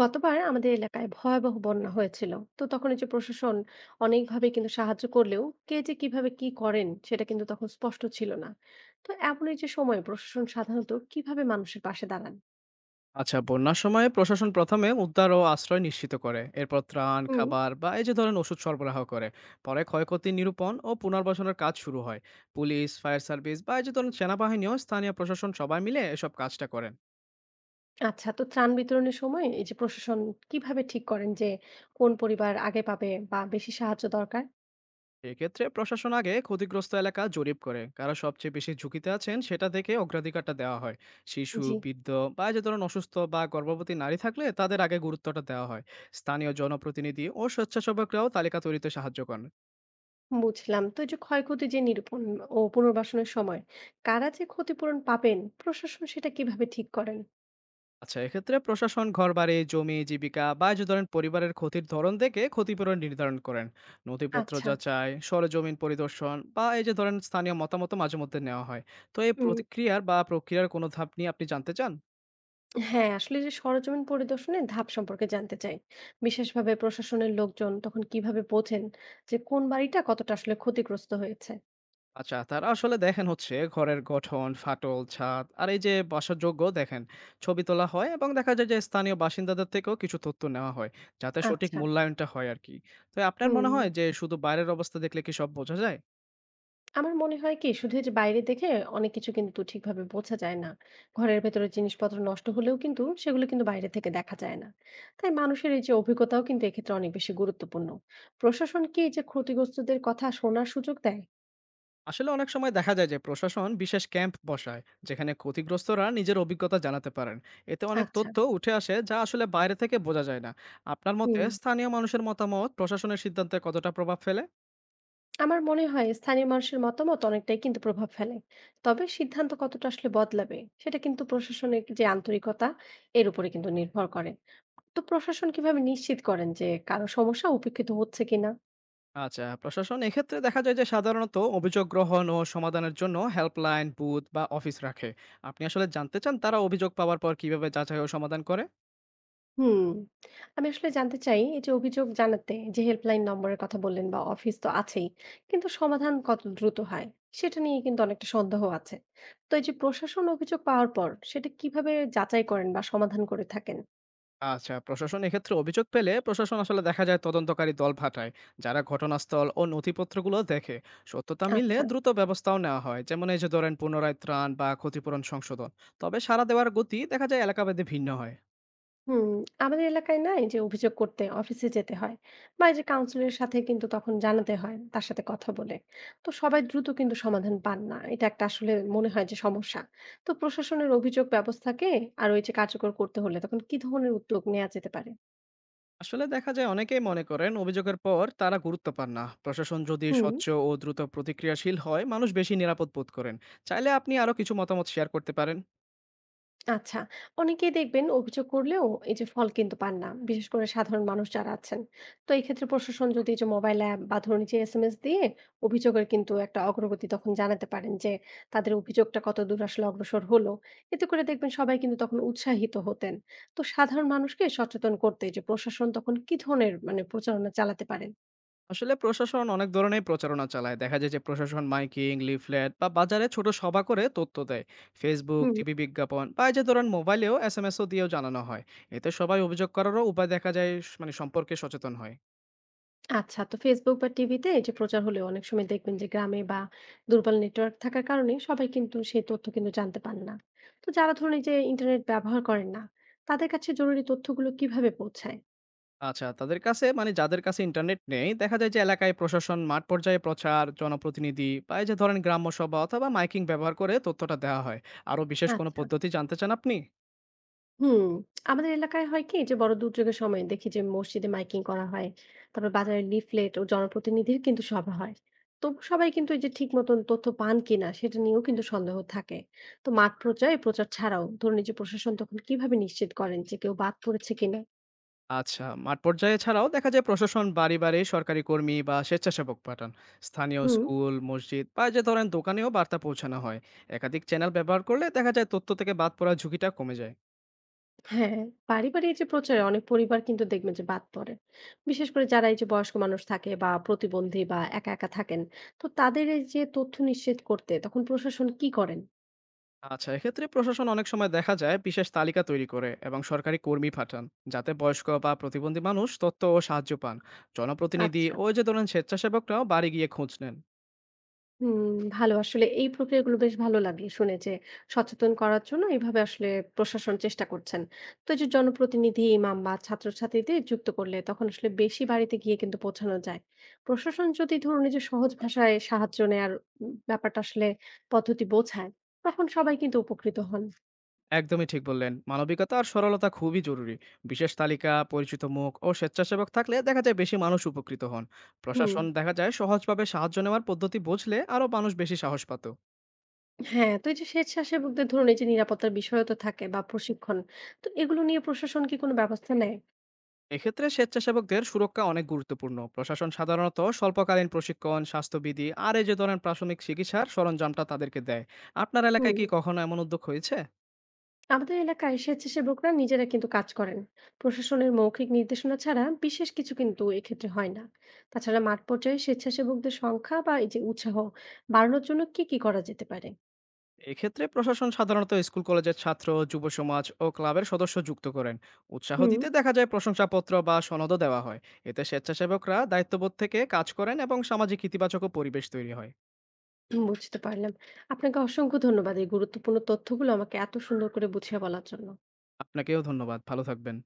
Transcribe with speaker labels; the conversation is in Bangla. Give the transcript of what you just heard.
Speaker 1: গতবার আমাদের এলাকায় ভয়াবহ বন্যা হয়েছিল। তো তখন এই যে প্রশাসন অনেকভাবে কিন্তু সাহায্য করলেও কে যে কিভাবে কি করেন সেটা কিন্তু তখন স্পষ্ট ছিল না। তো এমন এই যে সময়ে প্রশাসন সাধারণত কিভাবে মানুষের পাশে দাঁড়ান?
Speaker 2: আচ্ছা, বন্যার সময় প্রশাসন প্রথমে উদ্ধার ও আশ্রয় নিশ্চিত করে। এরপর ত্রাণ,
Speaker 1: হুম।
Speaker 2: খাবার বা এই যে ধরেন ওষুধ সরবরাহ করে। পরে ক্ষয়ক্ষতি নিরূপণ ও পুনর্বাসনের কাজ শুরু হয়। পুলিশ, ফায়ার সার্ভিস বা এই যে ধরেন সেনাবাহিনী ও স্থানীয় প্রশাসন সবাই মিলে এসব কাজটা করেন।
Speaker 1: আচ্ছা, তো ত্রাণ বিতরণের সময় এই যে প্রশাসন কিভাবে ঠিক করেন যে কোন পরিবার আগে পাবে বা বেশি সাহায্য দরকার?
Speaker 2: এক্ষেত্রে প্রশাসন আগে ক্ষতিগ্রস্ত এলাকা জরিপ করে। কারা সবচেয়ে বেশি ঝুঁকিতে আছেন সেটা দেখে অগ্রাধিকারটা দেওয়া হয়। শিশু,
Speaker 1: জি।
Speaker 2: বৃদ্ধ বা এই যে ধরেন অসুস্থ বা গর্ভবতী নারী থাকলে তাদের আগে গুরুত্বটা দেওয়া হয়। স্থানীয় জনপ্রতিনিধি ও স্বেচ্ছাসেবকরাও তালিকা তৈরিতে সাহায্য করেন।
Speaker 1: বুঝলাম, তো এই যে ক্ষয়ক্ষতি যে নিরূপণ ও পুনর্বাসনের সময় কারা যে ক্ষতিপূরণ পাবেন প্রশাসন সেটা কিভাবে ঠিক করেন?
Speaker 2: আচ্ছা, এক্ষেত্রে প্রশাসন ঘরবাড়ি, জমি, জীবিকা বা এই যে ধরেন পরিবারের ক্ষতির ধরন দেখে ক্ষতিপূরণ নির্ধারণ করেন। নথিপত্র
Speaker 1: আচ্ছা।
Speaker 2: যাচাই, সরেজমিন পরিদর্শন বা এই যে ধরেন স্থানীয় মতামত মাঝে মধ্যে নেওয়া হয়। তো এই
Speaker 1: হুম।
Speaker 2: প্রতিক্রিয়ার বা প্রক্রিয়ার কোনো ধাপ নিয়ে আপনি জানতে চান?
Speaker 1: হ্যাঁ, আসলে যে সরেজমিন পরিদর্শনের ধাপ সম্পর্কে জানতে চাই। বিশেষভাবে প্রশাসনের লোকজন তখন কিভাবে বোঝেন যে কোন বাড়িটা কতটা আসলে ক্ষতিগ্রস্ত হয়েছে?
Speaker 2: আচ্ছা, তারা আসলে দেখেন হচ্ছে ঘরের গঠন, ফাটল, ছাদ আর এই যে বাসযোগ্য দেখেন। ছবি তোলা হয় এবং দেখা যায় যে স্থানীয় বাসিন্দাদের থেকেও কিছু তথ্য নেওয়া হয়, যাতে সঠিক
Speaker 1: আচ্ছা।
Speaker 2: মূল্যায়নটা হয় আর কি। তো আপনার মনে
Speaker 1: হুম।
Speaker 2: হয় যে শুধু বাইরের অবস্থা দেখলে কি সব বোঝা যায়?
Speaker 1: আমার মনে হয় কি শুধু এই যে বাইরে দেখে অনেক কিছু কিন্তু ঠিকভাবে বোঝা যায় না। ঘরের ভেতরে জিনিসপত্র নষ্ট হলেও কিন্তু সেগুলো কিন্তু বাইরে থেকে দেখা যায় না। তাই মানুষের এই যে অভিজ্ঞতাও কিন্তু এক্ষেত্রে অনেক বেশি গুরুত্বপূর্ণ। প্রশাসন কি এই যে ক্ষতিগ্রস্তদের কথা শোনার সুযোগ দেয়?
Speaker 2: আসলে অনেক সময় দেখা যায় যে প্রশাসন বিশেষ ক্যাম্প বসায়, যেখানে ক্ষতিগ্রস্তরা নিজের অভিজ্ঞতা জানাতে পারেন। এতে অনেক
Speaker 1: আচ্ছা।
Speaker 2: তথ্য উঠে আসে, যা আসলে বাইরে থেকে বোঝা যায় না। আপনার মতে
Speaker 1: হুম।
Speaker 2: স্থানীয় মানুষের মতামত প্রশাসনের সিদ্ধান্তে কতটা প্রভাব ফেলে?
Speaker 1: আমার মনে হয় স্থানীয় মানুষের মতামত অনেকটাই কিন্তু প্রভাব ফেলে, তবে সিদ্ধান্ত কতটা আসলে বদলাবে সেটা কিন্তু প্রশাসনিক যে আন্তরিকতা এর উপরে কিন্তু নির্ভর করে। তো প্রশাসন কিভাবে নিশ্চিত করেন যে কারো সমস্যা উপেক্ষিত হচ্ছে কিনা?
Speaker 2: আচ্ছা, প্রশাসন এক্ষেত্রে দেখা যায় যে সাধারণত অভিযোগ গ্রহণ ও সমাধানের জন্য হেল্পলাইন, বুথ বা অফিস রাখে। আপনি আসলে জানতে চান তারা অভিযোগ পাওয়ার পর কিভাবে যাচাই ও সমাধান করে?
Speaker 1: হুম। আমি আসলে জানতে চাই, এই যে অভিযোগ জানাতে যে হেল্পলাইন নম্বরের কথা বললেন বা অফিস তো আছেই, কিন্তু সমাধান কত দ্রুত হয় সেটা নিয়ে কিন্তু অনেকটা সন্দেহ আছে। তো এই যে প্রশাসন অভিযোগ পাওয়ার পর সেটা কিভাবে যাচাই করেন বা সমাধান করে থাকেন?
Speaker 2: আচ্ছা, প্রশাসন এক্ষেত্রে অভিযোগ পেলে প্রশাসন আসলে দেখা যায় তদন্তকারী দল পাঠায়, যারা ঘটনাস্থল ও নথিপত্রগুলো দেখে। সত্যতা মিললে
Speaker 1: আচ্ছা।
Speaker 2: দ্রুত ব্যবস্থাও নেওয়া হয়, যেমন এই যে ধরেন পুনরায় ত্রাণ বা ক্ষতিপূরণ সংশোধন। তবে সাড়া দেওয়ার গতি দেখা যায় এলাকাভেদে ভিন্ন হয়।
Speaker 1: হুম, আমাদের এলাকায় না এই যে অভিযোগ করতে অফিসে যেতে হয় বা এই যে কাউন্সিলরের সাথে কিন্তু তখন জানাতে হয় তার সাথে কথা বলে। তো সবাই দ্রুত কিন্তু সমাধান পান না, এটা একটা আসলে মনে হয় যে সমস্যা। তো প্রশাসনের অভিযোগ ব্যবস্থাকে আর ওই যে কার্যকর করতে হলে তখন কি ধরনের উদ্যোগ নেওয়া যেতে পারে?
Speaker 2: আসলে দেখা যায় অনেকেই মনে করেন অভিযোগের পর তারা গুরুত্ব পান না। প্রশাসন যদি
Speaker 1: হুম।
Speaker 2: স্বচ্ছ ও দ্রুত প্রতিক্রিয়াশীল হয়, মানুষ বেশি নিরাপদ বোধ করেন। চাইলে আপনি আরো কিছু মতামত শেয়ার করতে পারেন।
Speaker 1: আচ্ছা, অনেকেই দেখবেন অভিযোগ করলেও এই যে ফল কিন্তু পান না, বিশেষ করে সাধারণ মানুষ যারা আছেন। তো এই ক্ষেত্রে প্রশাসন যদি এই যে মোবাইল অ্যাপ বা ধরুন এই যে এসএমএস দিয়ে অভিযোগের কিন্তু একটা অগ্রগতি তখন জানাতে পারেন যে তাদের অভিযোগটা কত দূর আসলে অগ্রসর হলো, এতে করে দেখবেন সবাই কিন্তু তখন উৎসাহিত হতেন। তো সাধারণ মানুষকে সচেতন করতে যে প্রশাসন তখন কি ধরনের মানে প্রচারণা চালাতে পারেন?
Speaker 2: আসলে প্রশাসন অনেক ধরনের প্রচারণা চালায়, দেখা যায় যে প্রশাসন মাইকিং, লিফলেট বা বাজারে ছোট সভা করে তথ্য দেয়। ফেসবুক,
Speaker 1: হুম।
Speaker 2: টিভি বিজ্ঞাপন বা এই যে ধরেন মোবাইলেও এস এম এসও দিয়েও জানানো হয়। এতে সবাই অভিযোগ করারও উপায় দেখা যায় স- মানে সম্পর্কে সচেতন হয়।
Speaker 1: আচ্ছা, তো ফেসবুক বা টিভিতে এই যে প্রচার হলে অনেক সময় দেখবেন যে গ্রামে বা দুর্বল নেটওয়ার্ক থাকার কারণে সবাই কিন্তু সেই তথ্য কিন্তু জানতে পারে না। তো যারা ধরুন এই যে ইন্টারনেট ব্যবহার করেন না তাদের কাছে জরুরি তথ্যগুলো কিভাবে পৌঁছায়?
Speaker 2: আচ্ছা, তাদের কাছে মানে যাদের কাছে ইন্টারনেট নেই, দেখা যায় যে এলাকায় প্রশাসন মাঠ পর্যায়ে প্রচার, জনপ্রতিনিধি বা এই যে ধরেন গ্রাম্য সভা অথবা মাইকিং ব্যবহার করে তথ্যটা দেওয়া হয়। আরও বিশেষ কোনো
Speaker 1: আচ্ছা।
Speaker 2: পদ্ধতি জানতে চান আপনি?
Speaker 1: হুম, আমাদের এলাকায় হয় কি যে বড় দুর্যোগের সময় দেখি যে মসজিদে মাইকিং করা হয়, তারপর বাজারে লিফলেট ও জনপ্রতিনিধির কিন্তু সভা হয়। তো সবাই কিন্তু এই যে ঠিক মতন তথ্য পান কিনা সেটা নিয়েও কিন্তু সন্দেহ থাকে। তো মাঠ পর্যায়ে প্রচার ছাড়াও ধরুন এই যে প্রশাসন তখন কিভাবে নিশ্চিত করেন যে কেউ বাদ পড়েছে কিনা?
Speaker 2: আচ্ছা, মাঠ পর্যায়ে ছাড়াও দেখা যায় প্রশাসন বাড়ি, বাড়ি সরকারি কর্মী বা স্বেচ্ছাসেবক পাঠান। স্থানীয়
Speaker 1: হুম।
Speaker 2: স্কুল, মসজিদ বা এই যে ধরেন দোকানেও বার্তা পৌঁছানো হয়। একাধিক চ্যানেল ব্যবহার করলে দেখা যায় তথ্য থেকে বাদ পড়ার ঝুঁকিটা কমে যায়।
Speaker 1: হ্যাঁ, বাড়ি বাড়ি এই যে প্রচারে অনেক পরিবার কিন্তু দেখবেন যে বাদ পড়ে, বিশেষ করে যারা এই যে বয়স্ক মানুষ থাকে বা প্রতিবন্ধী বা একা একা থাকেন। তো তাদের এই যে তথ্য নিশ্চিত করতে তখন প্রশাসন কি করেন?
Speaker 2: আচ্ছা, এক্ষেত্রে প্রশাসন অনেক সময় দেখা যায় বিশেষ তালিকা তৈরি করে এবং সরকারি কর্মী পাঠান, যাতে বয়স্ক বা প্রতিবন্ধী মানুষ তথ্য ও সাহায্য পান। জনপ্রতিনিধি
Speaker 1: আচ্ছা।
Speaker 2: ও এই যে ধরেন স্বেচ্ছাসেবকরাও বাড়ি গিয়ে খোঁজ নেন।
Speaker 1: হুম, ভালো আসলে এই প্রক্রিয়াগুলো বেশ ভালো লাগলো শুনে যে সচেতন করার জন্য এইভাবে আসলে প্রশাসন চেষ্টা করছেন। তো এই যে জনপ্রতিনিধি, ইমাম বা ছাত্রছাত্রীদের যুক্ত করলে তখন আসলে বেশি বাড়িতে গিয়ে কিন্তু পৌঁছানো যায়। প্রশাসন যদি ধরুন এই যে সহজ ভাষায় সাহায্য নেয়ার ব্যাপারটা আসলে পদ্ধতি বোঝায় তখন সবাই কিন্তু উপকৃত হন।
Speaker 2: একদমই ঠিক বললেন। মানবিকতা আর সরলতা খুবই জরুরি। বিশেষ তালিকা, পরিচিত মুখ ও স্বেচ্ছাসেবক থাকলে দেখা যায় বেশি মানুষ উপকৃত হন।
Speaker 1: হুম।
Speaker 2: প্রশাসন দেখা যায় সহজভাবে সাহায্য নেওয়ার পদ্ধতি বুঝলে আরও মানুষ বেশি সাহস পাত।
Speaker 1: হ্যাঁ, তো এই যে স্বেচ্ছাসেবকদের ধরুন এই যে নিরাপত্তার বিষয়ও তো থাকে বা প্রশিক্ষণ, তো এগুলো নিয়ে প্রশাসন কি কোনো ব্যবস্থা নেয়?
Speaker 2: এক্ষেত্রে স্বেচ্ছাসেবকদের সুরক্ষা অনেক গুরুত্বপূর্ণ। প্রশাসন সাধারণত স্বল্পকালীন প্রশিক্ষণ, স্বাস্থ্যবিধি আর এই যে ধরেন প্রাথমিক চিকিৎসার সরঞ্জামটা তাদেরকে দেয়। আপনার এলাকায়
Speaker 1: হুম।
Speaker 2: কি কখনো এমন উদ্যোগ হয়েছে?
Speaker 1: আমাদের এলাকায় স্বেচ্ছাসেবকরা নিজেরা কিন্তু কাজ করেন, প্রশাসনের মৌখিক নির্দেশনা ছাড়া বিশেষ কিছু কিন্তু এক্ষেত্রে হয় না। তাছাড়া মাঠ পর্যায়ে স্বেচ্ছাসেবকদের সংখ্যা বা এই যে উৎসাহ বাড়ানোর জন্য কি কি করা যেতে পারে?
Speaker 2: এক্ষেত্রে প্রশাসন সাধারণত স্কুল কলেজের ছাত্র, যুব সমাজ ও ক্লাবের সদস্য যুক্ত করেন। উৎসাহ
Speaker 1: হুম।
Speaker 2: দিতে দেখা যায় প্রশংসাপত্র বা সনদও দেওয়া হয়। এতে স্বেচ্ছাসেবকরা দায়িত্ববোধ থেকে কাজ করেন এবং সামাজিক ইতিবাচক পরিবেশ তৈরি হয়।
Speaker 1: বুঝতে পারলাম। আপনাকে অসংখ্য ধন্যবাদ এই গুরুত্বপূর্ণ তথ্যগুলো আমাকে এত সুন্দর করে বুঝিয়ে বলার জন্য।
Speaker 2: আপনাকেও ধন্যবাদ, ভালো থাকবেন।